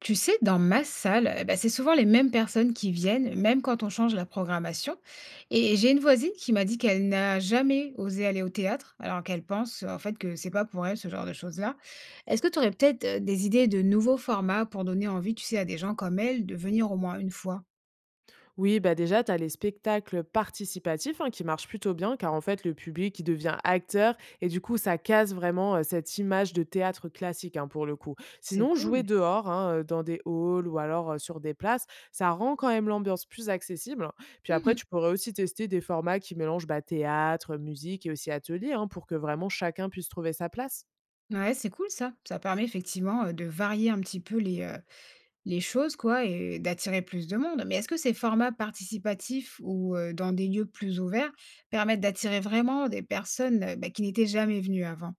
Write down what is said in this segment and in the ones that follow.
Tu sais, dans ma salle, eh ben, c'est souvent les mêmes personnes qui viennent, même quand on change la programmation. Et j'ai une voisine qui m'a dit qu'elle n'a jamais osé aller au théâtre, alors qu'elle pense en fait que c'est pas pour elle ce genre de choses-là. Est-ce que tu aurais peut-être des idées de nouveaux formats pour donner envie, tu sais, à des gens comme elle de venir au moins une fois? Oui, bah déjà, tu as les spectacles participatifs hein, qui marchent plutôt bien car en fait, le public il devient acteur et du coup, ça casse vraiment cette image de théâtre classique hein, pour le coup. C'est Sinon, jouer cool. dehors, hein, dans des halls ou alors sur des places, ça rend quand même l'ambiance plus accessible. Puis après, Mhm. tu pourrais aussi tester des formats qui mélangent bah, théâtre, musique et aussi atelier hein, pour que vraiment chacun puisse trouver sa place. Ouais, c'est cool ça. Ça permet effectivement de varier un petit peu les choses quoi et d'attirer plus de monde. Mais est-ce que ces formats participatifs ou dans des lieux plus ouverts permettent d'attirer vraiment des personnes, bah, qui n'étaient jamais venues avant?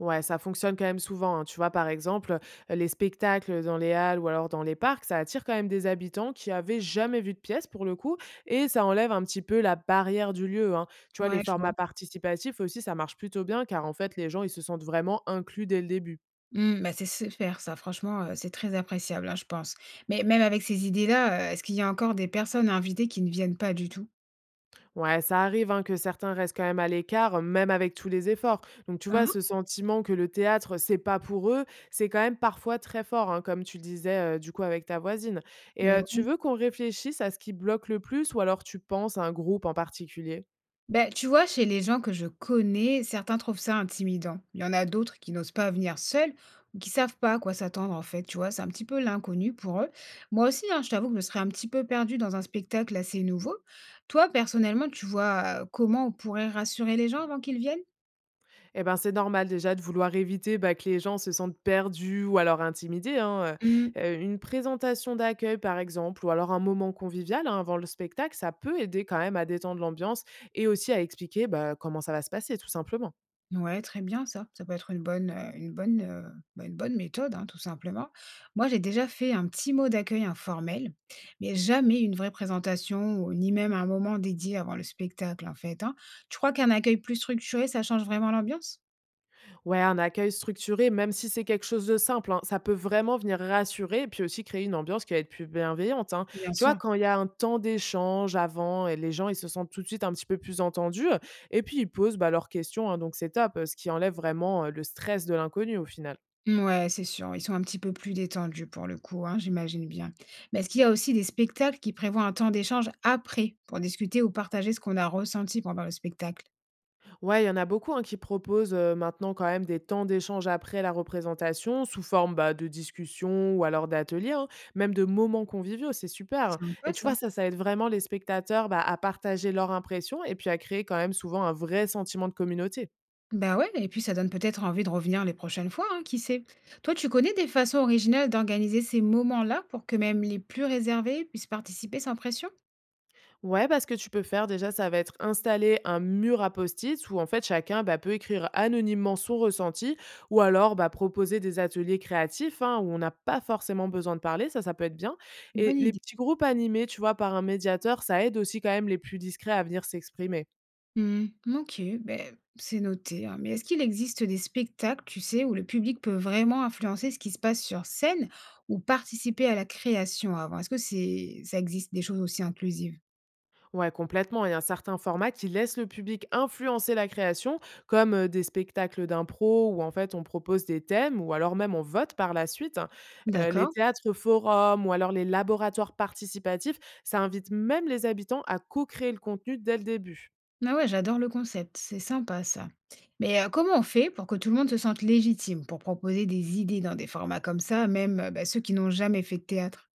Ouais, ça fonctionne quand même souvent, hein. Tu vois, par exemple, les spectacles dans les halles ou alors dans les parcs, ça attire quand même des habitants qui avaient jamais vu de pièce pour le coup et ça enlève un petit peu la barrière du lieu, hein. Tu vois, les Ouais, je vois. formats participatifs aussi, ça marche plutôt bien car en fait les gens, ils se sentent vraiment inclus dès le début. Mmh, bah, c'est super ça, franchement, c'est très appréciable, hein, je pense. Mais même avec ces idées-là, est-ce qu'il y a encore des personnes invitées qui ne viennent pas du tout? Ouais, ça arrive hein, que certains restent quand même à l'écart, même avec tous les efforts. Donc, tu vois, Mmh. ce sentiment que le théâtre, c'est pas pour eux, c'est quand même parfois très fort, hein, comme tu le disais du coup avec ta voisine. Et Mais tu ouais. veux qu'on réfléchisse à ce qui bloque le plus ou alors tu penses à un groupe en particulier. Ben tu vois, chez les gens que je connais, certains trouvent ça intimidant. Il y en a d'autres qui n'osent pas venir seuls ou qui savent pas à quoi s'attendre en fait, tu vois, c'est un petit peu l'inconnu pour eux. Moi aussi, hein, je t'avoue que je serais un petit peu perdue dans un spectacle assez nouveau. Toi, personnellement, tu vois comment on pourrait rassurer les gens avant qu'ils viennent? Eh ben, c'est normal déjà de vouloir éviter bah, que les gens se sentent perdus ou alors intimidés, hein. Une présentation d'accueil, par exemple, ou alors un moment convivial hein, avant le spectacle, ça peut aider quand même à détendre l'ambiance et aussi à expliquer bah, comment ça va se passer, tout simplement. Ouais, très bien ça. Ça peut être une bonne méthode, hein, tout simplement. Moi, j'ai déjà fait un petit mot d'accueil informel, mais jamais une vraie présentation ou ni même un moment dédié avant le spectacle, en fait, hein. Tu crois qu'un accueil plus structuré, ça change vraiment l'ambiance? Ouais, un accueil structuré, même si c'est quelque chose de simple, hein, ça peut vraiment venir rassurer et puis aussi créer une ambiance qui va être plus bienveillante, hein. Bien Tu vois, sûr. quand il y a un temps d'échange avant et les gens, ils se sentent tout de suite un petit peu plus entendus et puis ils posent bah, leurs questions, hein, donc c'est top, ce qui enlève vraiment le stress de l'inconnu au final. Ouais c'est sûr, ils sont un petit peu plus détendus pour le coup, hein, j'imagine bien. Mais est-ce qu'il y a aussi des spectacles qui prévoient un temps d'échange après, pour discuter ou partager ce qu'on a ressenti pendant le spectacle? Ouais, il y en a beaucoup hein, qui proposent maintenant quand même des temps d'échange après la représentation, sous forme bah, de discussions ou alors d'ateliers, hein, même de moments conviviaux, c'est super, hein. Sympa Et tu ça. vois, ça aide vraiment les spectateurs bah, à partager leur impression et puis à créer quand même souvent un vrai sentiment de communauté. Bah ouais, et puis ça donne peut-être envie de revenir les prochaines fois, hein, qui sait. Toi, tu connais des façons originales d'organiser ces moments-là pour que même les plus réservés puissent participer sans pression? Ouais, parce que tu peux faire déjà, ça va être installer un mur à post-it où en fait chacun bah, peut écrire anonymement son ressenti ou alors bah, proposer des ateliers créatifs hein, où on n'a pas forcément besoin de parler, ça peut être bien. Et Bonne les idée. petits groupes animés, tu vois, par un médiateur, ça aide aussi quand même les plus discrets à venir s'exprimer. Hmm, ok, ben, c'est noté, hein. Mais est-ce qu'il existe des spectacles, tu sais, où le public peut vraiment influencer ce qui se passe sur scène ou participer à la création avant? Ça existe des choses aussi inclusives? Ouais, complètement. Il y a certains formats qui laissent le public influencer la création, comme des spectacles d'impro où en fait on propose des thèmes ou alors même on vote par la suite. Les D'accord. théâtres forums ou alors les laboratoires participatifs, ça invite même les habitants à co-créer le contenu dès le début. Ah ouais, j'adore le concept, c'est sympa ça. Mais comment on fait pour que tout le monde se sente légitime pour proposer des idées dans des formats comme ça, même bah, ceux qui n'ont jamais fait de théâtre?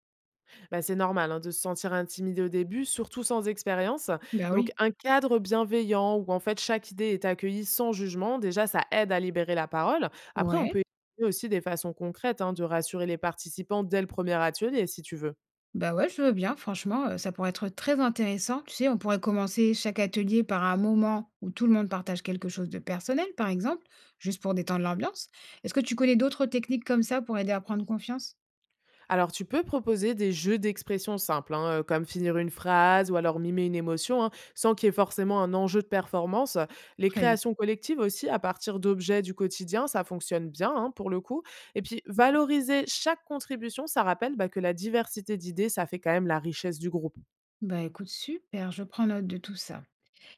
Bah, c'est normal hein, de se sentir intimidé au début, surtout sans expérience. Bah Donc, oui. un cadre bienveillant où en fait chaque idée est accueillie sans jugement, déjà ça aide à libérer la parole. Après, on Ouais, peut essayer aussi des façons concrètes hein, de rassurer les participants dès le premier atelier si tu veux. bah ouais, je veux bien, franchement, ça pourrait être très intéressant. Tu sais, on pourrait commencer chaque atelier par un moment où tout le monde partage quelque chose de personnel, par exemple, juste pour détendre l'ambiance. Est-ce que tu connais d'autres techniques comme ça pour aider à prendre confiance? Alors, tu peux proposer des jeux d'expression simples, hein, comme finir une phrase ou alors mimer une émotion, hein, sans qu'il y ait forcément un enjeu de performance. Les Très bien. créations collectives aussi, à partir d'objets du quotidien, ça fonctionne bien hein, pour le coup. Et puis, valoriser chaque contribution, ça rappelle bah, que la diversité d'idées, ça fait quand même la richesse du groupe. Bah écoute, super, je prends note de tout ça.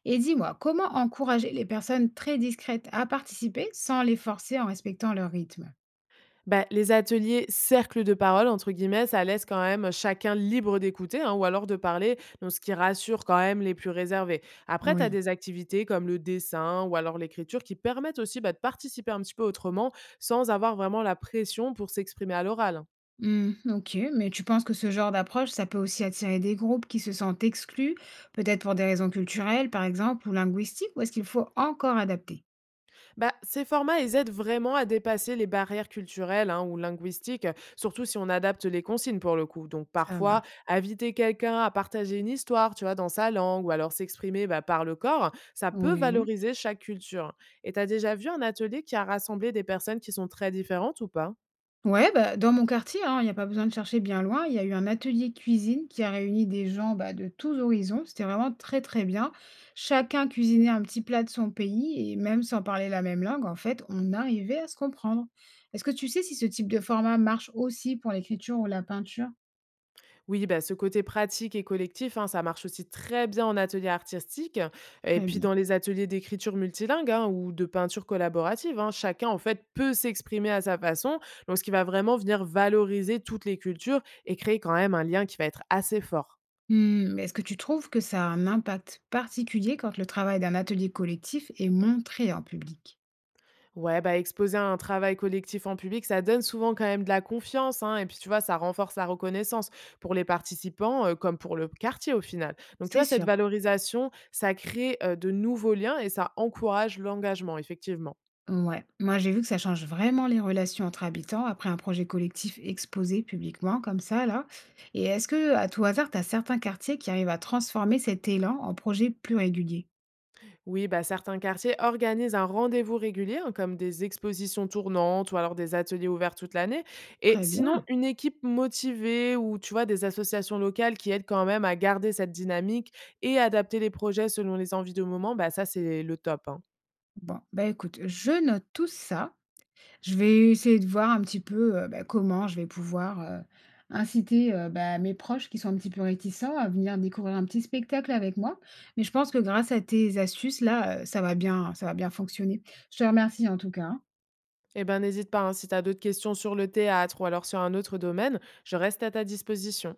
Et dis-moi, comment encourager les personnes très discrètes à participer sans les forcer en respectant leur rythme? Bah, les ateliers cercle de parole» entre guillemets, ça laisse quand même chacun libre d'écouter, hein, ou alors de parler, donc ce qui rassure quand même les plus réservés. Après, tu as Oui. des activités comme le dessin ou alors l'écriture qui permettent aussi, bah, de participer un petit peu autrement, sans avoir vraiment la pression pour s'exprimer à l'oral, hein. Hmm, ok, mais tu penses que ce genre d'approche, ça peut aussi attirer des groupes qui se sentent exclus, peut-être pour des raisons culturelles, par exemple, ou linguistiques, ou est-ce qu'il faut encore adapter? Bah, ces formats, ils aident vraiment à dépasser les barrières culturelles hein, ou linguistiques, surtout si on adapte les consignes pour le coup. Donc Ça parfois, marche. inviter quelqu'un à partager une histoire, tu vois, dans sa langue, ou alors s'exprimer bah, par le corps, ça peut Oui. valoriser chaque culture. Et t'as déjà vu un atelier qui a rassemblé des personnes qui sont très différentes ou pas? Ouais, bah, dans mon quartier, hein, il n'y a pas besoin de chercher bien loin. Il y a eu un atelier cuisine qui a réuni des gens bah, de tous horizons. C'était vraiment très très bien. Chacun cuisinait un petit plat de son pays et même sans parler la même langue, en fait, on arrivait à se comprendre. Est-ce que tu sais si ce type de format marche aussi pour l'écriture ou la peinture? Oui, bah, ce côté pratique et collectif, hein, ça marche aussi très bien en atelier artistique et Très puis bien. dans les ateliers d'écriture multilingue hein, ou de peinture collaborative, hein, chacun, en fait, peut s'exprimer à sa façon, donc ce qui va vraiment venir valoriser toutes les cultures et créer quand même un lien qui va être assez fort. Hmm, mais est-ce que tu trouves que ça a un impact particulier quand le travail d'un atelier collectif est montré en public? Ouais, bah, exposer un travail collectif en public, ça donne souvent quand même de la confiance, hein, et puis tu vois, ça renforce la reconnaissance pour les participants comme pour le quartier au final. Donc tu C'est vois, cette sûr. valorisation, ça crée de nouveaux liens et ça encourage l'engagement, effectivement. Ouais, moi j'ai vu que ça change vraiment les relations entre habitants après un projet collectif exposé publiquement comme ça là. Et est-ce que à tout hasard, tu as certains quartiers qui arrivent à transformer cet élan en projet plus régulier? Oui, bah, certains quartiers organisent un rendez-vous régulier, hein, comme des expositions tournantes ou alors des ateliers ouverts toute l'année. Et Très sinon, bien. une équipe motivée ou tu vois des associations locales qui aident quand même à garder cette dynamique et adapter les projets selon les envies du moment, bah, ça c'est le top, hein. Bon, bah écoute, je note tout ça. Je vais essayer de voir un petit peu bah, comment je vais pouvoir inciter bah, mes proches qui sont un petit peu réticents à venir découvrir un petit spectacle avec moi. Mais je pense que grâce à tes astuces là, ça va bien fonctionner. Je te remercie en tout cas, hein. Eh ben, n'hésite pas, hein, si tu as d'autres questions sur le théâtre ou alors sur un autre domaine, je reste à ta disposition.